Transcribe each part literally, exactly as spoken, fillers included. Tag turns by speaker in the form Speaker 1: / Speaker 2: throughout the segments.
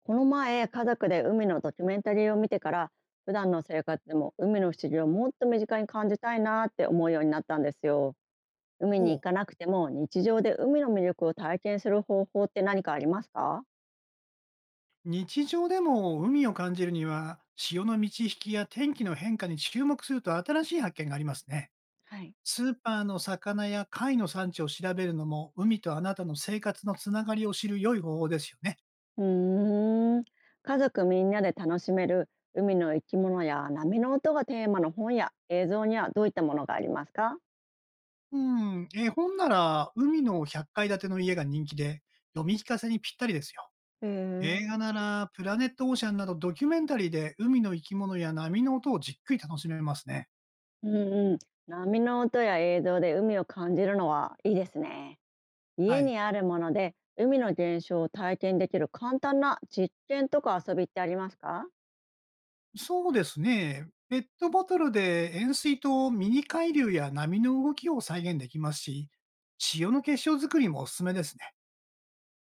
Speaker 1: この前、家族で海のドキュメンタリーを見てから、普段の生活でも海の不思議をもっと身近に感じたいなって思うようになったんですよ。海に
Speaker 2: ほ
Speaker 1: 行か
Speaker 2: う。
Speaker 1: なくても日常で海の魅力を体験する方法って何かありますか？
Speaker 2: 日常でも海を感じるには、潮の満ち引きや天気の変化に注目すると新しい発見がありますね。
Speaker 1: はい、
Speaker 2: スーパーの魚や貝の産地を調べるのも、海とあなたの生活のつながりを知る良い方法ですよね。
Speaker 1: うーん、家族みんなで楽しめる海の生き物や波の音がテーマの本や映像にはどういったものがありますか？
Speaker 2: うん、絵本なら海のひゃっかい建ての家が人気で、読み聞かせにぴったりですよ。
Speaker 1: へ
Speaker 2: 映
Speaker 1: え。
Speaker 2: 画ならプラネットオーシャンなどドキュメンタリーで海の生き物や波の音をじっくり楽しめますね。
Speaker 1: うん。うん、波の音や映像で海を感じるのはいいですね。
Speaker 2: は
Speaker 1: 家
Speaker 2: い。
Speaker 1: にあるもので海の現象を体験できる簡単な実験とか遊びってありますか？
Speaker 2: そうですね。ペットボトルで塩水とミニ海流や波の動きを再現できますし、塩の結晶作りもおすすめですね。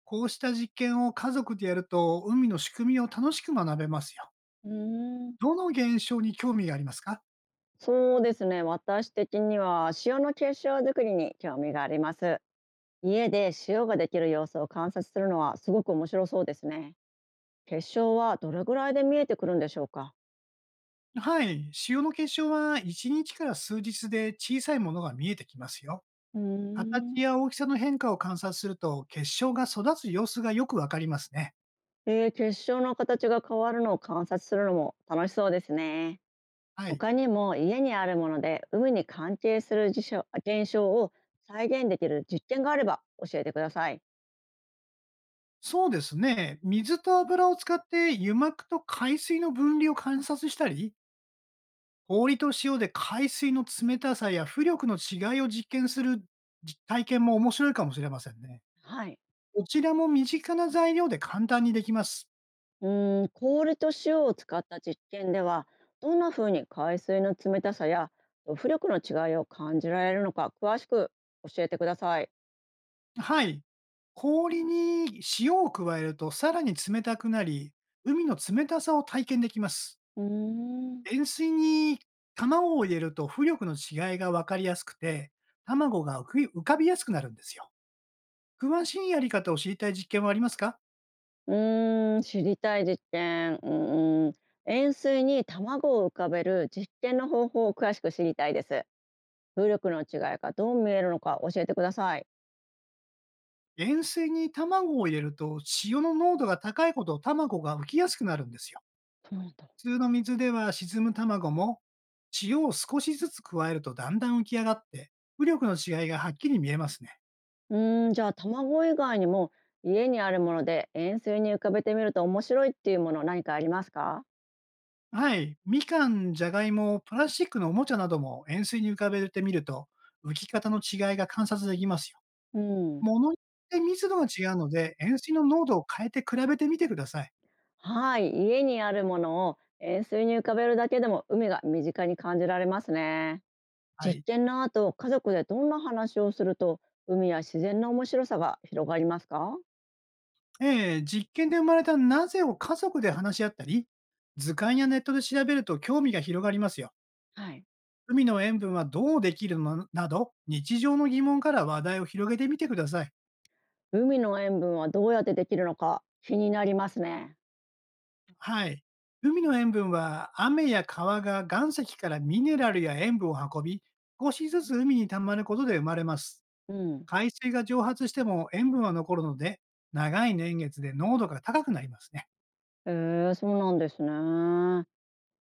Speaker 2: こうした実験を家族でやると、海の仕組みを楽しく学べますよ。
Speaker 1: うーん、
Speaker 2: どの現象に興味がありますか？
Speaker 1: そうですね。私的には塩の結晶作りに興味があります。家で塩ができる様子を観察するのはすごく面白そうですね。結晶はどれぐらいで見えてくるんでしょうか？
Speaker 2: はい。塩の結晶はいちにちから数日で小さいものが見えてきますよ。
Speaker 1: うーん。
Speaker 2: 形や大きさの変化を観察すると、結晶が育つ様子がよくわかりますね。
Speaker 1: えー、結晶の形が変わるのを観察するのも楽しそうですね。
Speaker 2: はい。
Speaker 1: 他にも家にあるもので海に関係する事象現象を再現できる実験があれば教えてください。
Speaker 2: そうですね。水と油を使って油膜と海水の分離を観察したり、氷と塩で海水の冷たさや浮力の違いを実験する実体験も面白いかもしれませんね。
Speaker 1: はい。
Speaker 2: こちらも身近な材料で簡単にできます。
Speaker 1: うーん、氷と塩を使った実験では、どんな風に海水の冷たさや浮力の違いを感じられるのか詳しく教えてください。
Speaker 2: はい。氷に塩を加えるとさらに冷たくなり、海の冷たさを体験できます。
Speaker 1: うーん。
Speaker 2: 塩水に卵を入れると浮力の違いがわかりやすくて、卵が浮き浮かびやすくなるんですよ。詳しいやり方を知りたい実験はありますか？
Speaker 1: うーん、知りたい実験。うーん、塩水に卵を浮かべる実験の方法を詳しく知りたいです。風力の違いがどう見えるのか教えてください。
Speaker 2: 塩水に卵を入れると塩の濃度が高いほど卵が浮きやすくなるんですよ。
Speaker 1: そうなんだ。
Speaker 2: 普通の水では沈む卵も、塩を少しずつ加えるとだんだん浮き上がって、浮力の違いがはっきり見えますね。
Speaker 1: うーん、じゃあ卵以外にも家にあるもので円錐に浮かべてみると面白いっていうもの何かありますか？
Speaker 2: はい。みかん、じゃがいも、プラスチックのおもちゃなども塩水に浮かべてみると、浮き方の違いが観察できますよ。
Speaker 1: うん、
Speaker 2: 物によって密度が違うので、塩水の濃度を変えて比べてみてください。
Speaker 1: はい、家にあるものを円錐に浮かべるだけでも海が身近に感じられますね。
Speaker 2: は
Speaker 1: 実
Speaker 2: い。
Speaker 1: 験の後、家族でどんな話をすると海や自然の面白さが広がりますか？
Speaker 2: ええ、実験で生まれたなぜを家族で話し合ったり、図鑑やネットで調べると興味が広がりますよ。
Speaker 1: はい。
Speaker 2: 海の塩分はどうできるのなど、日常の疑問から話題を広げてみてください。
Speaker 1: 海の塩分はどうやってできるのか気になりますね。
Speaker 2: はい。海の塩分は雨や川が岩石からミネラルや塩分を運び、少しずつ海に溜まることで生まれます。
Speaker 1: うん。
Speaker 2: 海水が蒸発しても塩分は残るので、長い年月で濃度が高くなりますね。
Speaker 1: へえ、そうなんですね。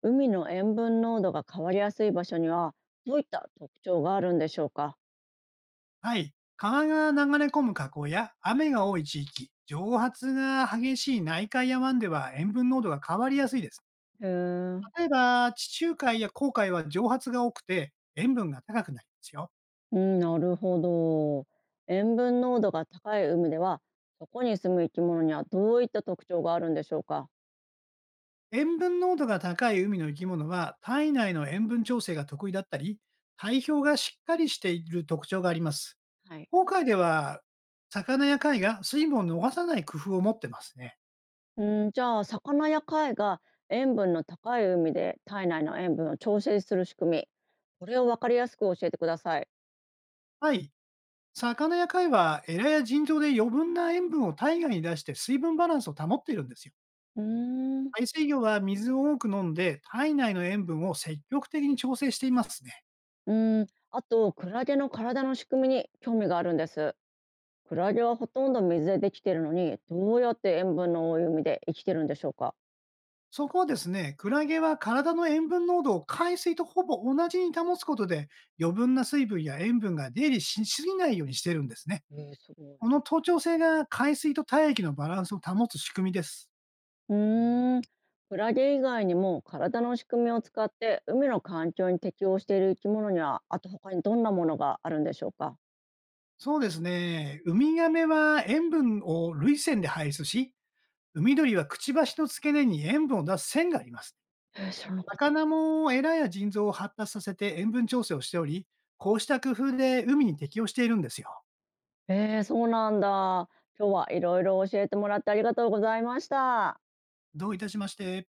Speaker 1: 海の塩分濃度が変わりやすい場所にはどういった特徴があるんでしょうか？
Speaker 2: はい。川が流れ込む河口や雨が多い地域、蒸発が激しい内海や湾では塩分濃度が変わりやすいです。
Speaker 1: へえ。
Speaker 2: 例えば、地中海や紅海は蒸発が多くて塩分が高くなりますよ。
Speaker 1: うん、なるほど。塩分濃度が高い海では、そこに住む生き物にはどういった特徴があるんでしょうか。
Speaker 2: 塩分濃度が高い海の生き物は体内の塩分調整が得意だったり、体表がしっかりしている特徴があります。
Speaker 1: はい。
Speaker 2: 紅海では魚や貝が水分を逃さない工夫を持ってますね。
Speaker 1: うん、じゃあ魚や貝が塩分の高い海で体内の塩分を調整する仕組み、これを分かりやすく教えてください。
Speaker 2: はい。魚や貝はエラや腎臓で余分な塩分を体外に出して水分バランスを保っているんですよ。
Speaker 1: うーん。
Speaker 2: 海水魚は水を多く飲んで体内の塩分を積極的に調整していますね。
Speaker 1: うん、あとクラゲの体の仕組みに興味があるんです。クラゲはほとんど水でできているのに、どうやって塩分の多い海で生きてるんでしょうか。
Speaker 2: そこはですね、クラゲは体の塩分濃度を海水とほぼ同じに保つことで、余分な水分や塩分が出入りしすぎないようにしてるんですね。
Speaker 1: えー、すごい。
Speaker 2: この等調性が海水と体液のバランスを保つ仕組みです。
Speaker 1: うーん、クラゲ以外にも体の仕組みを使って海の環境に適応している生き物には、あと他にどんなものがあるんでしょうか。
Speaker 2: そうですね。ウミガメは塩分を涙腺で排出し、海鳥はくちばしの付け根に塩分を出す腺があります。
Speaker 1: えー、知らなかった。
Speaker 2: 魚もエラや腎臓を発達させて塩分調整をしており、こうした工夫で海に適応しているんですよ。
Speaker 1: えー、そうなんだ。今日はいろいろ教えてもらってありがとうございました。
Speaker 2: どういたしまして。